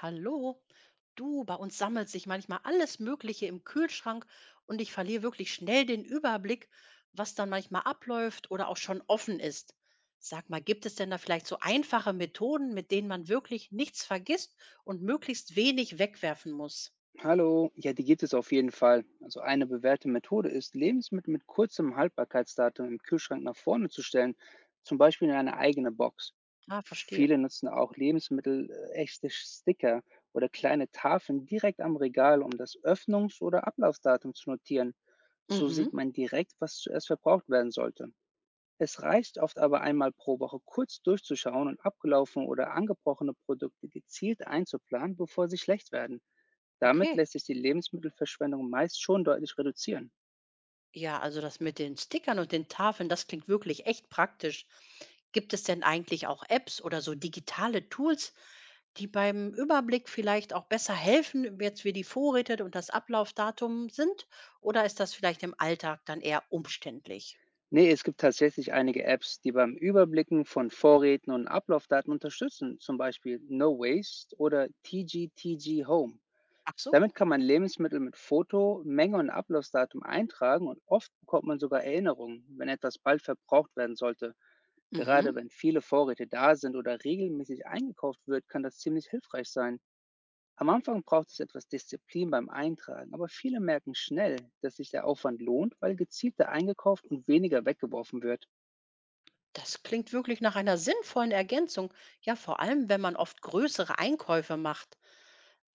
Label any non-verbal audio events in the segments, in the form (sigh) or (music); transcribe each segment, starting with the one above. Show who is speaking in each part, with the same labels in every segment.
Speaker 1: Hallo, du, bei uns sammelt sich manchmal alles Mögliche im Kühlschrank und ich verliere wirklich schnell den Überblick, was dann manchmal abläuft oder auch schon offen ist. Sag mal, gibt es denn da vielleicht so einfache Methoden, mit denen man wirklich nichts vergisst und möglichst wenig wegwerfen muss?
Speaker 2: Hallo, ja, die gibt es auf jeden Fall. Also eine bewährte Methode ist, Lebensmittel mit kurzem Haltbarkeitsdatum im Kühlschrank nach vorne zu stellen, zum Beispiel in eine eigene Box.
Speaker 1: Ah, verstehe.
Speaker 2: Viele nutzen auch Lebensmittel echte Sticker oder kleine Tafeln direkt am Regal, um das Öffnungs- oder Ablaufdatum zu notieren. So sieht
Speaker 1: Mhm,
Speaker 2: man direkt, was zuerst verbraucht werden sollte. Es reicht oft aber einmal pro Woche kurz durchzuschauen und abgelaufene oder angebrochene Produkte gezielt einzuplanen, bevor sie schlecht werden. Damit
Speaker 1: okay.
Speaker 2: lässt sich die Lebensmittelverschwendung meist schon deutlich reduzieren.
Speaker 1: Ja, also das mit den Stickern und den Tafeln, das klingt wirklich echt praktisch. Gibt es denn eigentlich auch Apps oder so digitale Tools, die beim Überblick vielleicht auch besser helfen, jetzt wie die Vorräte und das Ablaufdatum sind? Oder ist das vielleicht im Alltag dann eher umständlich?
Speaker 2: Nee, es gibt tatsächlich einige Apps, die beim Überblicken von Vorräten und Ablaufdaten unterstützen, zum Beispiel No Waste oder TGTG Home.
Speaker 1: Ach so.
Speaker 2: Damit kann man Lebensmittel mit Foto, Menge und Ablaufdatum eintragen und oft bekommt man sogar Erinnerungen, wenn etwas bald verbraucht werden sollte.
Speaker 1: Mhm.
Speaker 2: Gerade wenn viele Vorräte da sind oder regelmäßig eingekauft wird, kann das ziemlich hilfreich sein. Am Anfang braucht es etwas Disziplin beim Eintragen, aber viele merken schnell, dass sich der Aufwand lohnt, weil gezielter eingekauft und weniger weggeworfen wird. (laughs)
Speaker 1: Das klingt wirklich nach einer sinnvollen Ergänzung. Ja, vor allem, wenn man oft größere Einkäufe macht.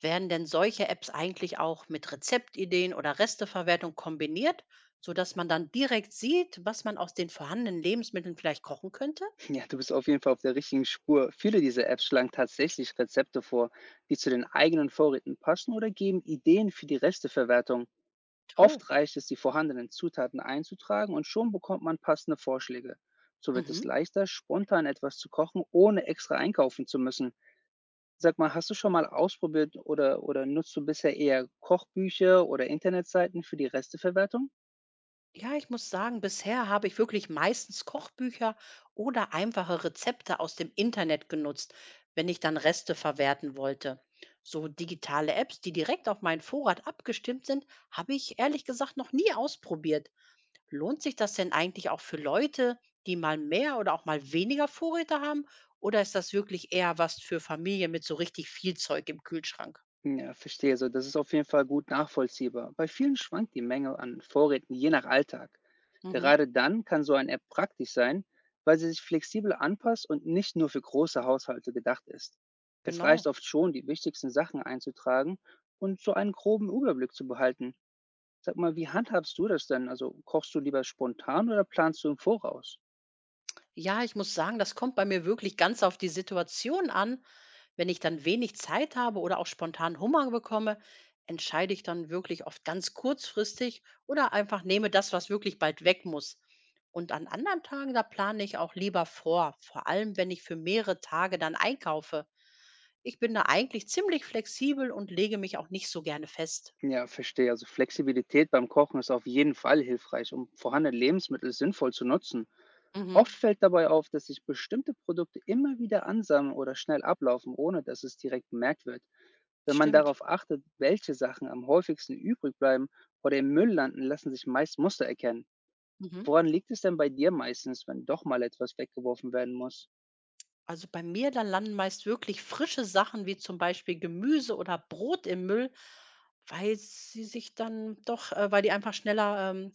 Speaker 1: Werden denn solche Apps eigentlich auch mit Rezeptideen oder Resteverwertung kombiniert, sodass man dann direkt sieht, was man aus den vorhandenen Lebensmitteln vielleicht kochen könnte?
Speaker 2: Ja, du bist auf jeden Fall auf der richtigen Spur. Viele dieser Apps schlagen tatsächlich Rezepte vor, die zu den eigenen Vorräten passen oder geben Ideen für die Resteverwertung.
Speaker 1: Toll.
Speaker 2: Oft reicht es, die vorhandenen Zutaten einzutragen und schon bekommt man passende Vorschläge. So wird es
Speaker 1: Mhm.
Speaker 2: leichter, spontan etwas zu kochen, ohne extra einkaufen zu müssen. Sag mal, hast du schon mal ausprobiert oder nutzt du bisher eher Kochbücher oder Internetseiten für die Resteverwertung?
Speaker 1: Ja, ich muss sagen, bisher habe ich wirklich meistens Kochbücher oder einfache Rezepte aus dem Internet genutzt, wenn ich dann Reste verwerten wollte. So digitale Apps, die direkt auf meinen Vorrat abgestimmt sind, habe ich ehrlich gesagt noch nie ausprobiert. Lohnt sich das denn eigentlich auch für Leute, die mal mehr oder auch mal weniger Vorräte haben? Oder ist das wirklich eher was für Familien mit so richtig viel Zeug im Kühlschrank?
Speaker 2: Ja, verstehe. Also das ist auf jeden Fall gut nachvollziehbar. Bei vielen schwankt die Menge an Vorräten je nach Alltag.
Speaker 1: Mhm,
Speaker 2: Gerade dann kann so eine App praktisch sein, weil sie sich flexibel anpasst und nicht nur für große Haushalte gedacht ist. Es reicht
Speaker 1: genau.
Speaker 2: oft schon, die wichtigsten Sachen einzutragen und so einen groben Überblick zu behalten. Sag mal, wie handhabst du das denn? Also kochst du lieber spontan oder planst du im Voraus?
Speaker 1: Ja, ich muss sagen, das kommt bei mir wirklich ganz auf die Situation an. Wenn ich dann wenig Zeit habe oder auch spontan Hunger bekomme, entscheide ich dann wirklich oft ganz kurzfristig oder einfach nehme das, was wirklich bald weg muss. Und an anderen Tagen, da plane ich auch lieber vor, vor allem wenn ich für mehrere Tage dann einkaufe. Ich bin da eigentlich ziemlich flexibel und lege mich auch nicht so gerne fest.
Speaker 2: Ja, verstehe. Also Flexibilität beim Kochen ist auf jeden Fall hilfreich, um vorhandene Lebensmittel sinnvoll zu nutzen. Oft
Speaker 1: Mhm.
Speaker 2: fällt dabei auf, dass sich bestimmte Produkte immer wieder ansammeln oder schnell ablaufen, ohne dass es direkt bemerkt wird. Wenn man
Speaker 1: Stimmt.
Speaker 2: darauf achtet, welche Sachen am häufigsten übrig bleiben oder im Müll landen, lassen sich meist Muster erkennen.
Speaker 1: Mhm.
Speaker 2: Woran liegt es denn bei dir meistens, wenn doch mal etwas weggeworfen werden muss?
Speaker 1: Also bei mir, da landen meist wirklich frische Sachen wie zum Beispiel Gemüse oder Brot im Müll, weil sie sich dann doch, weil die einfach schneller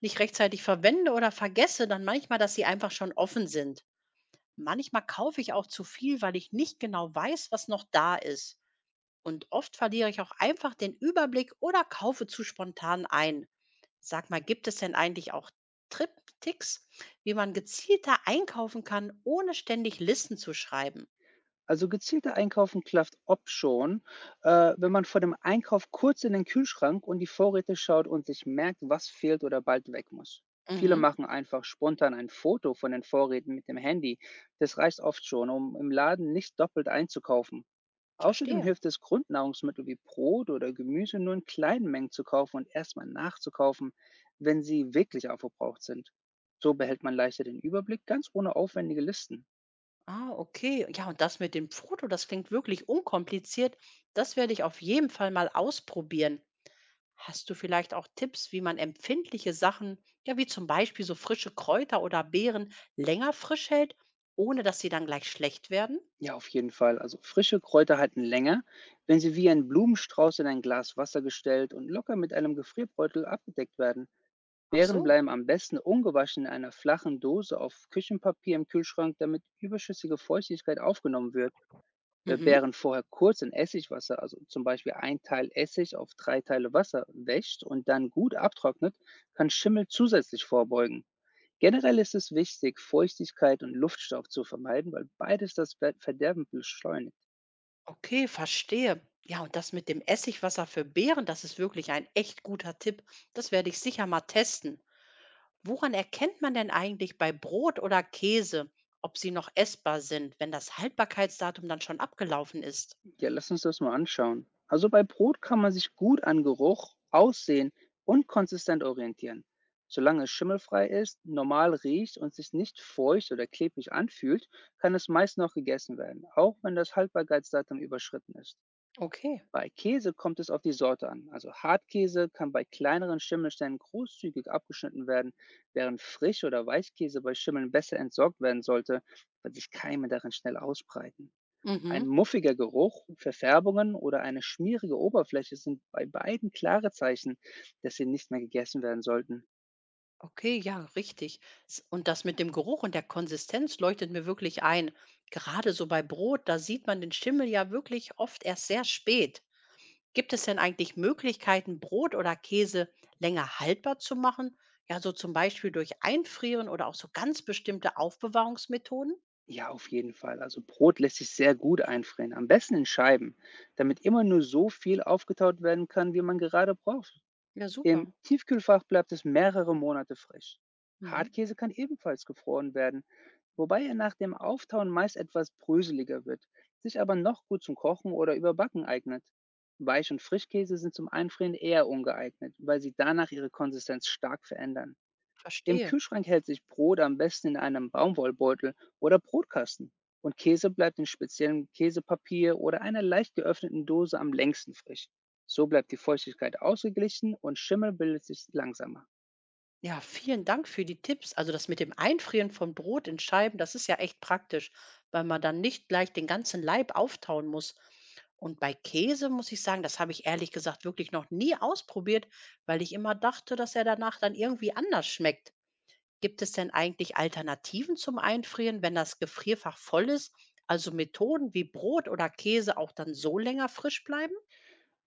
Speaker 1: nicht rechtzeitig verwende oder vergesse dann manchmal, dass sie einfach schon offen sind. Manchmal kaufe ich auch zu viel, weil ich nicht genau weiß, was noch da ist. Und oft verliere ich auch einfach den Überblick oder kaufe zu spontan ein. Sag mal, gibt es denn eigentlich auch Trip Ticks, wie man gezielter einkaufen kann, ohne ständig Listen zu schreiben?
Speaker 2: Also gezielter Einkaufen klafft ob schon, wenn man vor dem Einkauf kurz in den Kühlschrank und die Vorräte schaut und sich merkt, was fehlt oder bald weg muss. Viele
Speaker 1: Mhm,
Speaker 2: machen einfach spontan ein Foto von den Vorräten mit dem Handy. Das reicht oft schon, um im Laden nicht doppelt einzukaufen. Außerdem
Speaker 1: verstehe.
Speaker 2: hilft es, Grundnahrungsmittel wie Brot oder Gemüse nur in kleinen Mengen zu kaufen und erstmal nachzukaufen, wenn sie wirklich aufgebraucht sind. So behält man leichter den Überblick, ganz ohne aufwendige Listen.
Speaker 1: Ah, okay. Ja, und das mit dem Foto, das klingt wirklich unkompliziert. Das werde ich auf jeden Fall mal ausprobieren. Hast du vielleicht auch Tipps, wie man empfindliche Sachen, ja, wie zum Beispiel so frische Kräuter oder Beeren, länger frisch hält, ohne dass sie dann gleich schlecht werden?
Speaker 2: Ja, auf jeden Fall. Also frische Kräuter halten länger, wenn sie wie ein Blumenstrauß in ein Glas Wasser gestellt und locker mit einem Gefrierbeutel abgedeckt werden.
Speaker 1: Ach
Speaker 2: Beeren
Speaker 1: so.
Speaker 2: bleiben am besten ungewaschen in einer flachen Dose auf Küchenpapier im Kühlschrank, damit überschüssige Feuchtigkeit aufgenommen wird. Wer
Speaker 1: Mhm.
Speaker 2: Beeren vorher kurz in Essigwasser, also zum Beispiel ein Teil Essig auf drei Teile Wasser, wäscht und dann gut abtrocknet, kann Schimmel zusätzlich vorbeugen. Generell ist es wichtig, Feuchtigkeit und Luftstoff zu vermeiden, weil beides das Verderben beschleunigt.
Speaker 1: Okay, verstehe. Ja, und das mit dem Essigwasser für Beeren, das ist wirklich ein echt guter Tipp. Das werde ich sicher mal testen. Woran erkennt man denn eigentlich bei Brot oder Käse, ob sie noch essbar sind, wenn das Haltbarkeitsdatum dann schon abgelaufen ist?
Speaker 2: Ja, lass uns das mal anschauen. Also bei Brot kann man sich gut an Geruch, Aussehen und konsistent orientieren. Solange es schimmelfrei ist, normal riecht und sich nicht feucht oder klebrig anfühlt, kann es meist noch gegessen werden, auch wenn das Haltbarkeitsdatum überschritten ist.
Speaker 1: Okay.
Speaker 2: Bei Käse kommt es auf die Sorte an. Also Hartkäse kann bei kleineren Schimmelstellen großzügig abgeschnitten werden, während Frisch- oder Weichkäse bei Schimmeln besser entsorgt werden sollte, weil sich Keime darin schnell ausbreiten. Ein
Speaker 1: Mhm.
Speaker 2: muffiger Geruch, Verfärbungen oder eine schmierige Oberfläche sind bei beiden klare Zeichen, dass sie nicht mehr gegessen werden sollten.
Speaker 1: Okay, ja, richtig. Und das mit dem Geruch und der Konsistenz leuchtet mir wirklich ein. Gerade so bei Brot, da sieht man den Schimmel ja wirklich oft erst sehr spät. Gibt es denn eigentlich Möglichkeiten, Brot oder Käse länger haltbar zu machen? Ja, so zum Beispiel durch Einfrieren oder auch so ganz bestimmte Aufbewahrungsmethoden?
Speaker 2: Ja, auf jeden Fall. Also Brot lässt sich sehr gut einfrieren, am besten in Scheiben, damit immer nur so viel aufgetaut werden kann, wie man gerade braucht.
Speaker 1: Ja, super.
Speaker 2: Im Tiefkühlfach bleibt es mehrere Monate frisch.
Speaker 1: Mhm.
Speaker 2: Hartkäse kann ebenfalls gefroren werden, wobei er nach dem Auftauen meist etwas bröseliger wird, sich aber noch gut zum Kochen oder Überbacken eignet. Weich- und Frischkäse sind zum Einfrieren eher ungeeignet, weil sie danach ihre Konsistenz stark verändern. Im
Speaker 1: Verstehe.
Speaker 2: Kühlschrank hält sich Brot am besten in einem Baumwollbeutel oder Brotkasten und Käse bleibt in speziellem Käsepapier oder einer leicht geöffneten Dose am längsten frisch. So bleibt die Feuchtigkeit ausgeglichen und Schimmel bildet sich langsamer.
Speaker 1: Ja, vielen Dank für die Tipps. Also das mit dem Einfrieren von Brot in Scheiben, das ist ja echt praktisch, weil man dann nicht gleich den ganzen Leib auftauen muss. Und bei Käse muss ich sagen, das habe ich ehrlich gesagt wirklich noch nie ausprobiert, weil ich immer dachte, dass er danach dann irgendwie anders schmeckt. Gibt es denn eigentlich Alternativen zum Einfrieren, wenn das Gefrierfach voll ist? Also Methoden wie Brot oder Käse auch dann so länger frisch bleiben?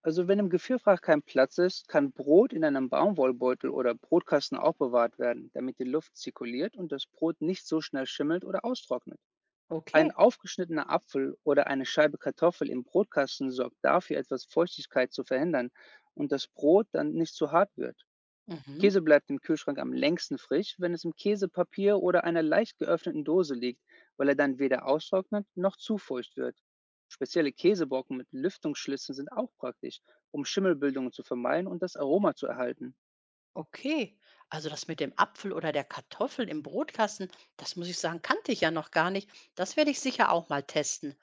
Speaker 2: Also wenn im Gefrierfach kein Platz ist, kann Brot in einem Baumwollbeutel oder Brotkasten aufbewahrt werden, damit die Luft zirkuliert und das Brot nicht so schnell schimmelt oder austrocknet. Ein
Speaker 1: Okay.
Speaker 2: aufgeschnittener Apfel oder eine Scheibe Kartoffel im Brotkasten sorgt dafür, etwas Feuchtigkeit zu verhindern und das Brot dann nicht zu hart wird.
Speaker 1: Mhm.
Speaker 2: Käse bleibt im Kühlschrank am längsten frisch, wenn es im Käsepapier oder einer leicht geöffneten Dose liegt, weil er dann weder austrocknet noch zu feucht wird. Spezielle Käsebrocken mit Lüftungsschlitzen sind auch praktisch, um Schimmelbildungen zu vermeiden und das Aroma zu erhalten.
Speaker 1: Okay, also das mit dem Apfel oder der Kartoffel im Brotkasten, das muss ich sagen, kannte ich ja noch gar nicht. Das werde ich sicher auch mal testen.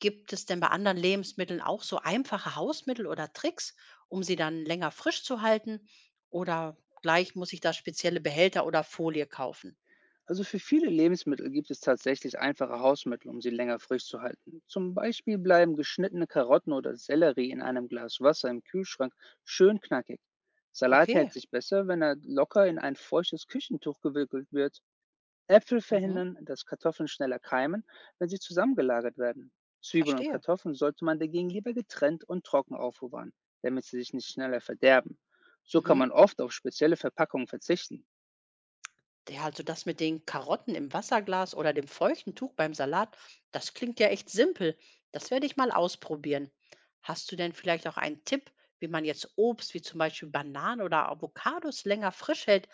Speaker 1: Gibt es denn bei anderen Lebensmitteln auch so einfache Hausmittel oder Tricks, um sie dann länger frisch zu halten? Oder gleich muss ich da spezielle Behälter oder Folie kaufen?
Speaker 2: Also für viele Lebensmittel gibt es tatsächlich einfache Hausmittel, um sie länger frisch zu halten. Zum Beispiel bleiben geschnittene Karotten oder Sellerie in einem Glas Wasser im Kühlschrank schön knackig. Salat hält
Speaker 1: Okay,
Speaker 2: sich besser, wenn er locker in ein feuchtes Küchentuch gewickelt wird. Äpfel
Speaker 1: mhm,
Speaker 2: verhindern, dass Kartoffeln schneller keimen, wenn sie zusammengelagert werden. Zwiebeln und
Speaker 1: verstehe.
Speaker 2: Kartoffeln sollte man dagegen lieber getrennt und trocken aufbewahren, damit sie sich nicht schneller verderben. So kann
Speaker 1: Mhm.
Speaker 2: man oft auf spezielle Verpackungen verzichten.
Speaker 1: Ja, also das mit den Karotten im Wasserglas oder dem feuchten Tuch beim Salat, das klingt ja echt simpel. Das werde ich mal ausprobieren. Hast du denn vielleicht auch einen Tipp, wie man jetzt Obst wie zum Beispiel Bananen oder Avocados länger frisch hält,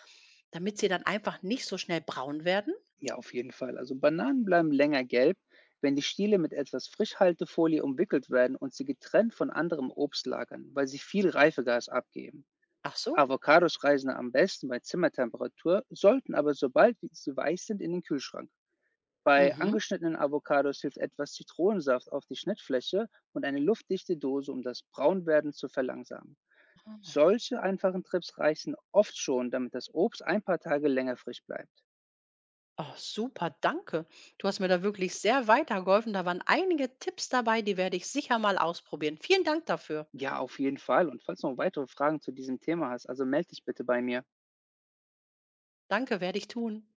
Speaker 1: damit sie dann einfach nicht so schnell braun werden?
Speaker 2: Ja, auf jeden Fall. Also Bananen bleiben länger gelb, wenn die Stiele mit etwas Frischhaltefolie umwickelt werden und sie getrennt von anderem Obst lagern, weil sie viel Reifegas abgeben.
Speaker 1: Ach so.
Speaker 2: Avocados reisen am besten bei Zimmertemperatur, sollten aber sobald sie weich sind in den Kühlschrank. Bei
Speaker 1: Mhm.
Speaker 2: angeschnittenen Avocados hilft etwas Zitronensaft auf die Schnittfläche und eine luftdichte Dose, um das Braunwerden zu verlangsamen.
Speaker 1: Ah.
Speaker 2: Solche einfachen Trips reichen oft schon, damit das Obst ein paar Tage länger frisch bleibt.
Speaker 1: Oh, super, danke. Du hast mir da wirklich sehr weitergeholfen. Da waren einige Tipps dabei, die werde ich sicher mal ausprobieren. Vielen Dank dafür.
Speaker 2: Ja, auf jeden Fall. Und falls du noch weitere Fragen zu diesem Thema hast, also melde dich bitte bei mir.
Speaker 1: Danke, werde ich tun.